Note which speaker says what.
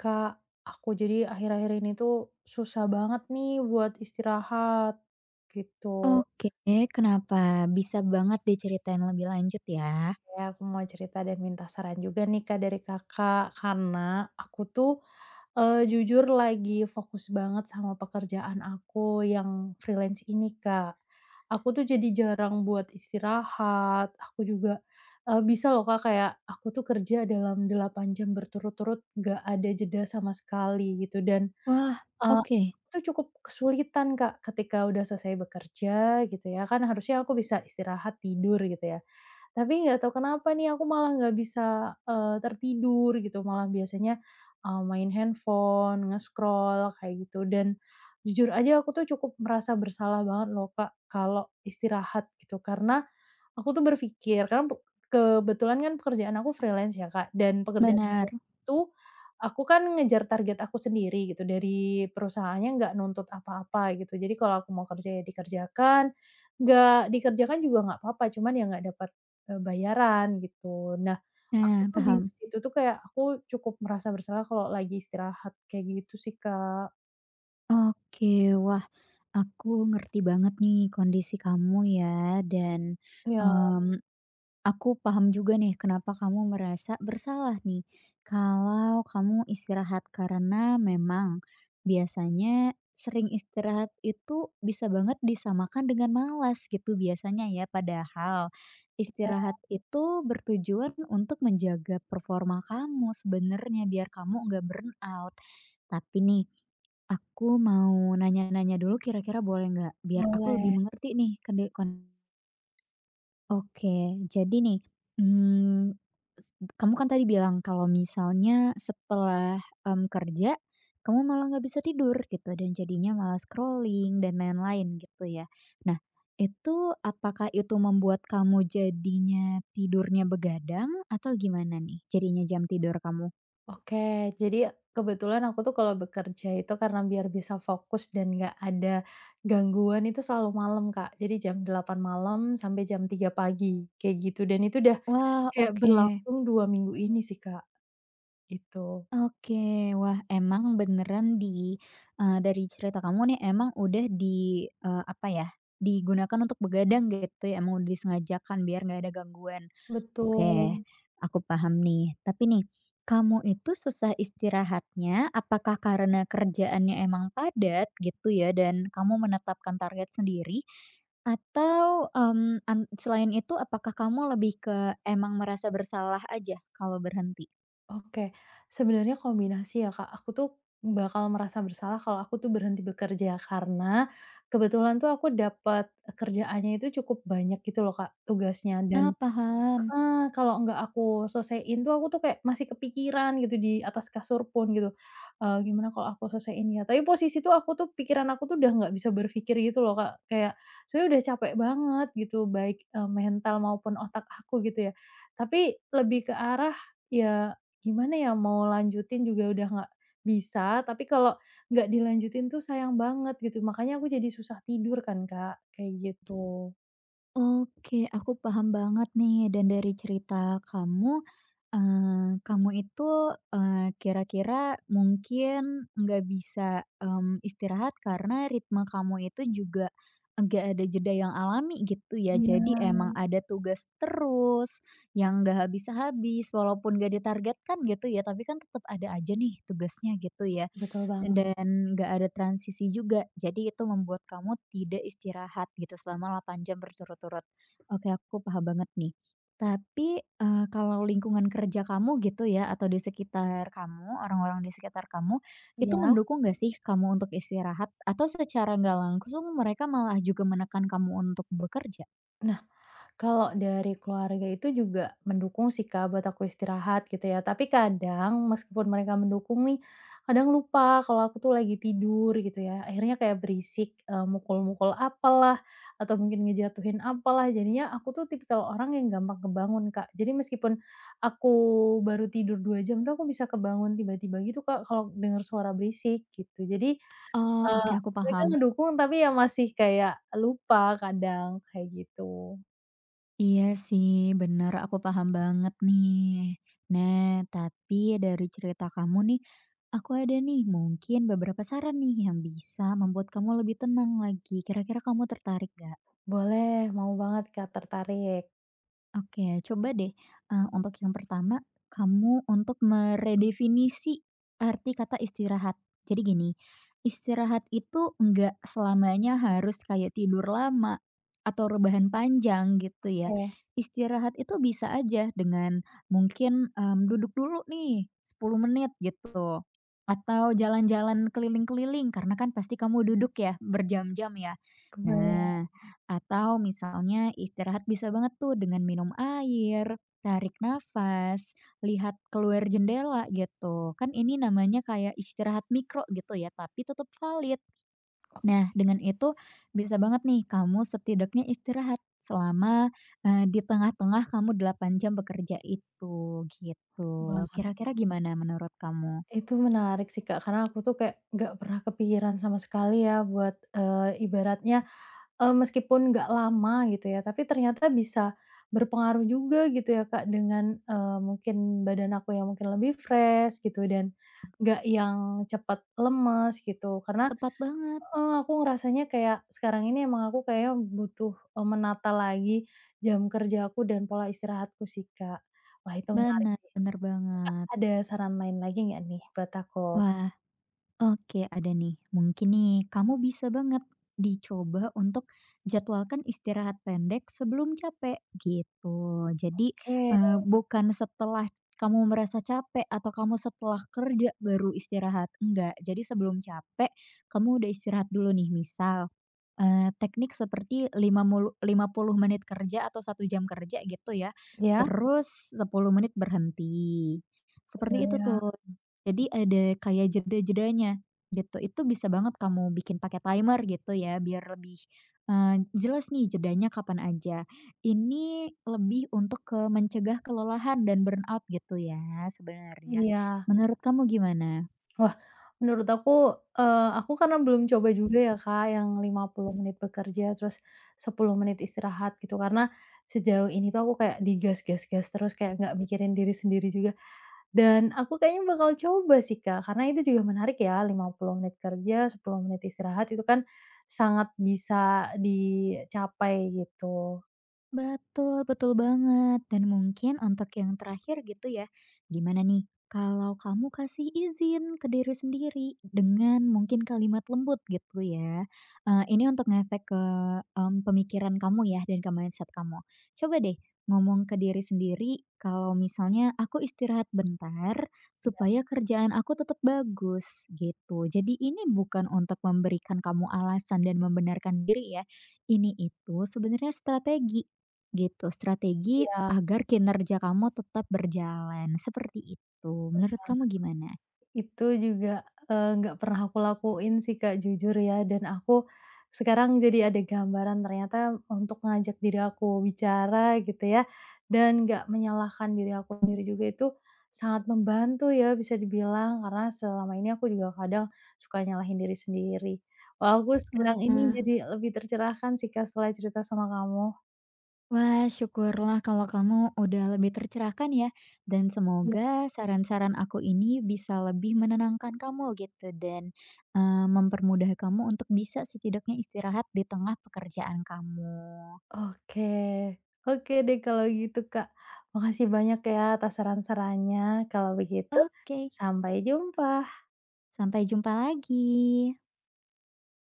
Speaker 1: Kak, aku jadi akhir-akhir ini tuh susah banget nih buat istirahat, gitu.
Speaker 2: Oke, kenapa? Bisa banget diceritain lebih lanjut ya.
Speaker 1: Ya, aku mau cerita dan minta saran juga nih Kak dari Kakak, karena aku tuh, jujur lagi fokus banget sama pekerjaan aku yang freelance ini, Kak. Aku tuh jadi jarang buat istirahat, aku juga, bisa loh Kak kayak aku tuh kerja dalam 8 jam berturut-turut gak ada jeda sama sekali gitu dan
Speaker 2: Wah,
Speaker 1: Eee,
Speaker 2: oke,
Speaker 1: itu cukup kesulitan, Kak, ketika udah selesai bekerja gitu ya, kan harusnya aku bisa istirahat, tidur gitu ya. Tapi nggak tahu kenapa nih aku malah nggak bisa, tertidur gitu, malah biasanya, main handphone, nge-scroll kayak gitu dan jujur aja aku tuh cukup merasa bersalah banget loh, Kak, kalau istirahat gitu karena aku tuh berpikir karena kebetulan kan pekerjaan aku freelance ya, Kak, dan pekerjaan
Speaker 2: benar.
Speaker 1: freelance itu aku kan ngejar target aku sendiri gitu, dari perusahaannya nggak nuntut apa-apa gitu. Jadi kalau aku mau kerja ya dikerjakan, nggak dikerjakan juga nggak apa-apa, cuman ya nggak dapat, bayaran gitu. Nah, aku
Speaker 2: Nah,
Speaker 1: tuh di
Speaker 2: paham.
Speaker 1: situ tuh kayak aku cukup merasa bersalah kalau lagi istirahat kayak gitu sih, Kak.
Speaker 2: Oke, wah, aku ngerti banget nih kondisi kamu ya, dan
Speaker 1: Iya,
Speaker 2: mmm, Aku paham juga nih kenapa kamu merasa bersalah nih kalau kamu istirahat karena memang biasanya sering istirahat itu bisa banget disamakan dengan malas gitu biasanya ya padahal istirahat itu bertujuan untuk menjaga performa kamu sebenarnya biar kamu nggak burn out. Tapi nih aku mau nanya-nanya dulu kira-kira boleh nggak? Biar aku lebih
Speaker 1: boleh.
Speaker 2: mengerti nih. Oke, jadi nih, mmm, s kamu kan tadi bilang kalau misalnya setelah, kerja, kamu malah nggak bisa tidur gitu dan jadinya malah scrolling dan lain-lain gitu ya. Nah, itu apakah itu membuat kamu jadinya tidurnya begadang atau gimana nih jadinya jam tidur kamu?
Speaker 1: Oke, jadi kebetulan aku tuh kalau bekerja itu karena biar bisa fokus dan nggak ada gangguan itu selalu malam, Kak. Jadi jam 8 malam sampai jam 3 pagi, kayak gitu dan itu udah
Speaker 2: Wah,
Speaker 1: kayak
Speaker 2: oke.
Speaker 1: berlangsung 2 minggu ini sih, Kak, gitu.
Speaker 2: Oke, wah emang beneran dari cerita kamu nih emang udah di eee, apa ya, digunakan untuk begadang gitu ya, emang udah disengajakan biar nggak ada gangguan. Oke,
Speaker 1: Betul,
Speaker 2: aku paham nih. Tapi nih, kamu itu susah istirahatnya apakah karena kerjaannya emang padat gitu ya dan kamu menetapkan target sendiri? Atau, mmm, an selain itu apakah kamu lebih ke emang merasa bersalah aja kalau berhenti?
Speaker 1: oke. Sebenarnya kombinasi ya, Kak. Aku tuh bakal merasa bersalah kalau aku tuh berhenti bekerja karena kebetulan tuh aku dapat, kerjaannya itu cukup banyak gitu loh, Kak, tugasnya
Speaker 2: Ah,
Speaker 1: dan
Speaker 2: paham.
Speaker 1: Kalau nggak aku selesaiin tuh, aku tuh kayak masih kepikiran gitu di atas kasur pun gitu, "Gimana kalau aku selesaiin ya?" Tapi posisi tuh aku tuh pikiran aku tuh udah nggak bisa berpikir gitu loh, Kak. Kayak sebenarnya udah capek banget gitu, baik, mental maupun otak aku gitu ya. Tapi lebih ke arah, ya gimana ya, mau lanjutin juga udah nggak bisa, tapi kalau nggak dilanjutin tuh sayang banget gitu, makanya aku jadi susah tidur kan, Kak, kayak gitu.
Speaker 2: Oke, aku paham banget nih dan dari cerita kamu, kamu itu, kira-kira mungkin nggak bisa, istirahat karena ritme kamu itu juga nggak ada jeda yang alami gitu ya.
Speaker 1: Iya.
Speaker 2: Jadi emang ada tugas terus yang nggak habis-habis walaupun nggak ditargetkan gitu ya, tapi kan tetap ada aja nih tugasnya gitu ya.
Speaker 1: Betul banget,
Speaker 2: Dan nggak ada transisi juga, jadi itu membuat kamu tidak istirahat gitu selama 8 jam berturut-turut. Oke, aku paham banget nih. Tapi, kalau lingkungan kerja kamu gitu ya atau di sekitar kamu, orang-orang di sekitar kamu, itu
Speaker 1: iya.
Speaker 2: mendukung nggak sih kamu untuk istirahat? Atau secara nggak langsung mereka malah juga menekan kamu untuk bekerja?
Speaker 1: Nah, kalau dari keluarga itu juga mendukung sih, Kak, buat aku istirahat gitu ya. Tapi kadang meskipun mereka mendukung nih, kadang lupa kalau aku tuh lagi tidur gitu ya. Akhirnya kayak berisik, mukul-mukul apalah, atau mungkin ngejatuhin apalah. Jadinya aku tuh tipikal orang yang gampang kebangun, Kak. Jadi meskipun aku baru tidur 2 jam tuh aku bisa kebangun tiba-tiba gitu, Kak, kalau dengar suara berisik gitu. Jadi,
Speaker 2: Oh,
Speaker 1: eee,
Speaker 2: oke aku
Speaker 1: mereka
Speaker 2: paham.
Speaker 1: ngedukung tapi ya masih kayak lupa kadang, kayak gitu.
Speaker 2: Iya sih, bener, aku paham banget nih. Nah, tapi dari cerita kamu nih, aku ada nih mungkin beberapa saran nih yang bisa membuat kamu lebih tenang lagi. Kira-kira kamu tertarik gak?
Speaker 1: Boleh, mau banget Kak, tertarik.
Speaker 2: Oke, coba deh, untuk yang pertama, kamu untuk meredefinisi arti kata istirahat. Jadi gini, istirahat itu nggak selamanya harus kayak tidur lama atau rebahan panjang gitu ya.
Speaker 1: Oke,
Speaker 2: Istirahat itu bisa aja dengan mungkin, duduk dulu nih 10 menit gitu, atau jalan-jalan keliling-keliling karena kan pasti kamu duduk ya berjam-jam ya.
Speaker 1: kebayang.
Speaker 2: Nah atau misalnya istirahat bisa banget tuh dengan minum air, tarik nafas, lihat keluar jendela gitu. Kan ini namanya kayak istirahat mikro gitu ya, tapi tetap valid. Nah, dengan itu bisa banget nih kamu setidaknya istirahat selama, di tengah-tengah kamu 8 jam bekerja itu, gitu.
Speaker 1: Wah,
Speaker 2: Kira-kira gimana menurut kamu?
Speaker 1: itu menarik sih Kak, karena aku tuh kayak nggak pernah kepikiran sama sekali ya buat, ibaratnya, meskipun nggak lama gitu ya, tapi ternyata bisa berpengaruh juga gitu ya Kak, dengan, mungkin badan aku yang mungkin lebih fresh gitu dan nggak yang cepat lemes gitu. Karena
Speaker 2: Tepat banget,
Speaker 1: heeh, aku ngerasanya kayak sekarang ini emang aku kayaknya butuh, menata lagi jam kerja aku dan pola istirahatku sih, Kak. Wah, itu menarik
Speaker 2: bener
Speaker 1: sih.
Speaker 2: benar banget.
Speaker 1: Ada saran lain lagi nggak nih buat aku?
Speaker 2: Wah. Oke, ada nih. Mungkin nih, kamu bisa banget dicoba untuk jadwalkan istirahat pendek sebelum capek, gitu. Jadi,
Speaker 1: Oke,
Speaker 2: bukan setelah kamu merasa capek atau kamu setelah kerja baru istirahat, enggak. Jadi sebelum capek, kamu udah istirahat dulu nih. Misal, teknik seperti lima mulu 50 menit kerja atau satu jam kerja gitu ya,
Speaker 1: ya,
Speaker 2: terus 10 menit berhenti. Seperti itu
Speaker 1: kebayang.
Speaker 2: tuh. Jadi ada kayak jeda-jedanya gitu. Itu bisa banget kamu bikin pakai timer gitu ya biar lebih, jelas nih jedanya kapan aja. Ini lebih untuk ke mencegah kelelahan dan burnout gitu ya sebenarnya.
Speaker 1: Iya.
Speaker 2: Menurut kamu gimana?
Speaker 1: Wah, menurut aku, aku karena belum coba juga ya, Kak, yang 50 menit bekerja terus 10 menit istirahat gitu, karena sejauh ini tuh aku kayak digas gas gas terus, kayak nggak mikirin diri sendiri juga. Dan aku kayaknya bakal coba sih, Kak, karena itu juga menarik ya 50 menit kerja, 10 menit istirahat itu kan sangat bisa dicapai gitu.
Speaker 2: Betul, betul banget. Dan mungkin untuk yang terakhir gitu ya, gimana nih kalau kamu kasih izin ke diri sendiri dengan mungkin kalimat lembut gitu ya. Ini untuk ngefek ke, pemikiran kamu ya dan ke mindset kamu. Coba deh ngomong ke diri sendiri kalau misalnya, "Aku istirahat bentar supaya kerjaan aku tetap bagus," gitu. Jadi ini bukan untuk memberikan kamu alasan dan membenarkan diri ya, ini itu sebenarnya strategi Gitu, strategi
Speaker 1: Iya.
Speaker 2: agar kinerja kamu tetap berjalan, seperti itu. Menurut kamu gimana?
Speaker 1: Itu juga, nggak pernah aku lakuin sih, Kak, jujur ya, dan aku sekarang jadi ada gambaran ternyata untuk ngajak diri aku bicara gitu ya, dan nggak menyalahkan diri aku sendiri juga itu sangat membantu ya bisa dibilang, karena selama ini aku juga kadang suka nyalahin diri sendiri. Wah, aku sekarang ini
Speaker 2: Wah.
Speaker 1: jadi lebih tercerahkan sih, Kak, setelah cerita sama kamu.
Speaker 2: Wah, syukurlah kalau kamu udah lebih tercerahkan ya, dan
Speaker 1: Iya.
Speaker 2: semoga saran-saran aku ini bisa lebih menenangkan kamu gitu dan, mempermudah kamu untuk bisa setidaknya istirahat di tengah pekerjaan kamu.
Speaker 1: Oke. Oke deh kalau gitu, Kak. Makasih banyak ya atas saran-sarannya. Kalau begitu,
Speaker 2: Oke,
Speaker 1: sampai jumpa.
Speaker 2: sampai jumpa lagi.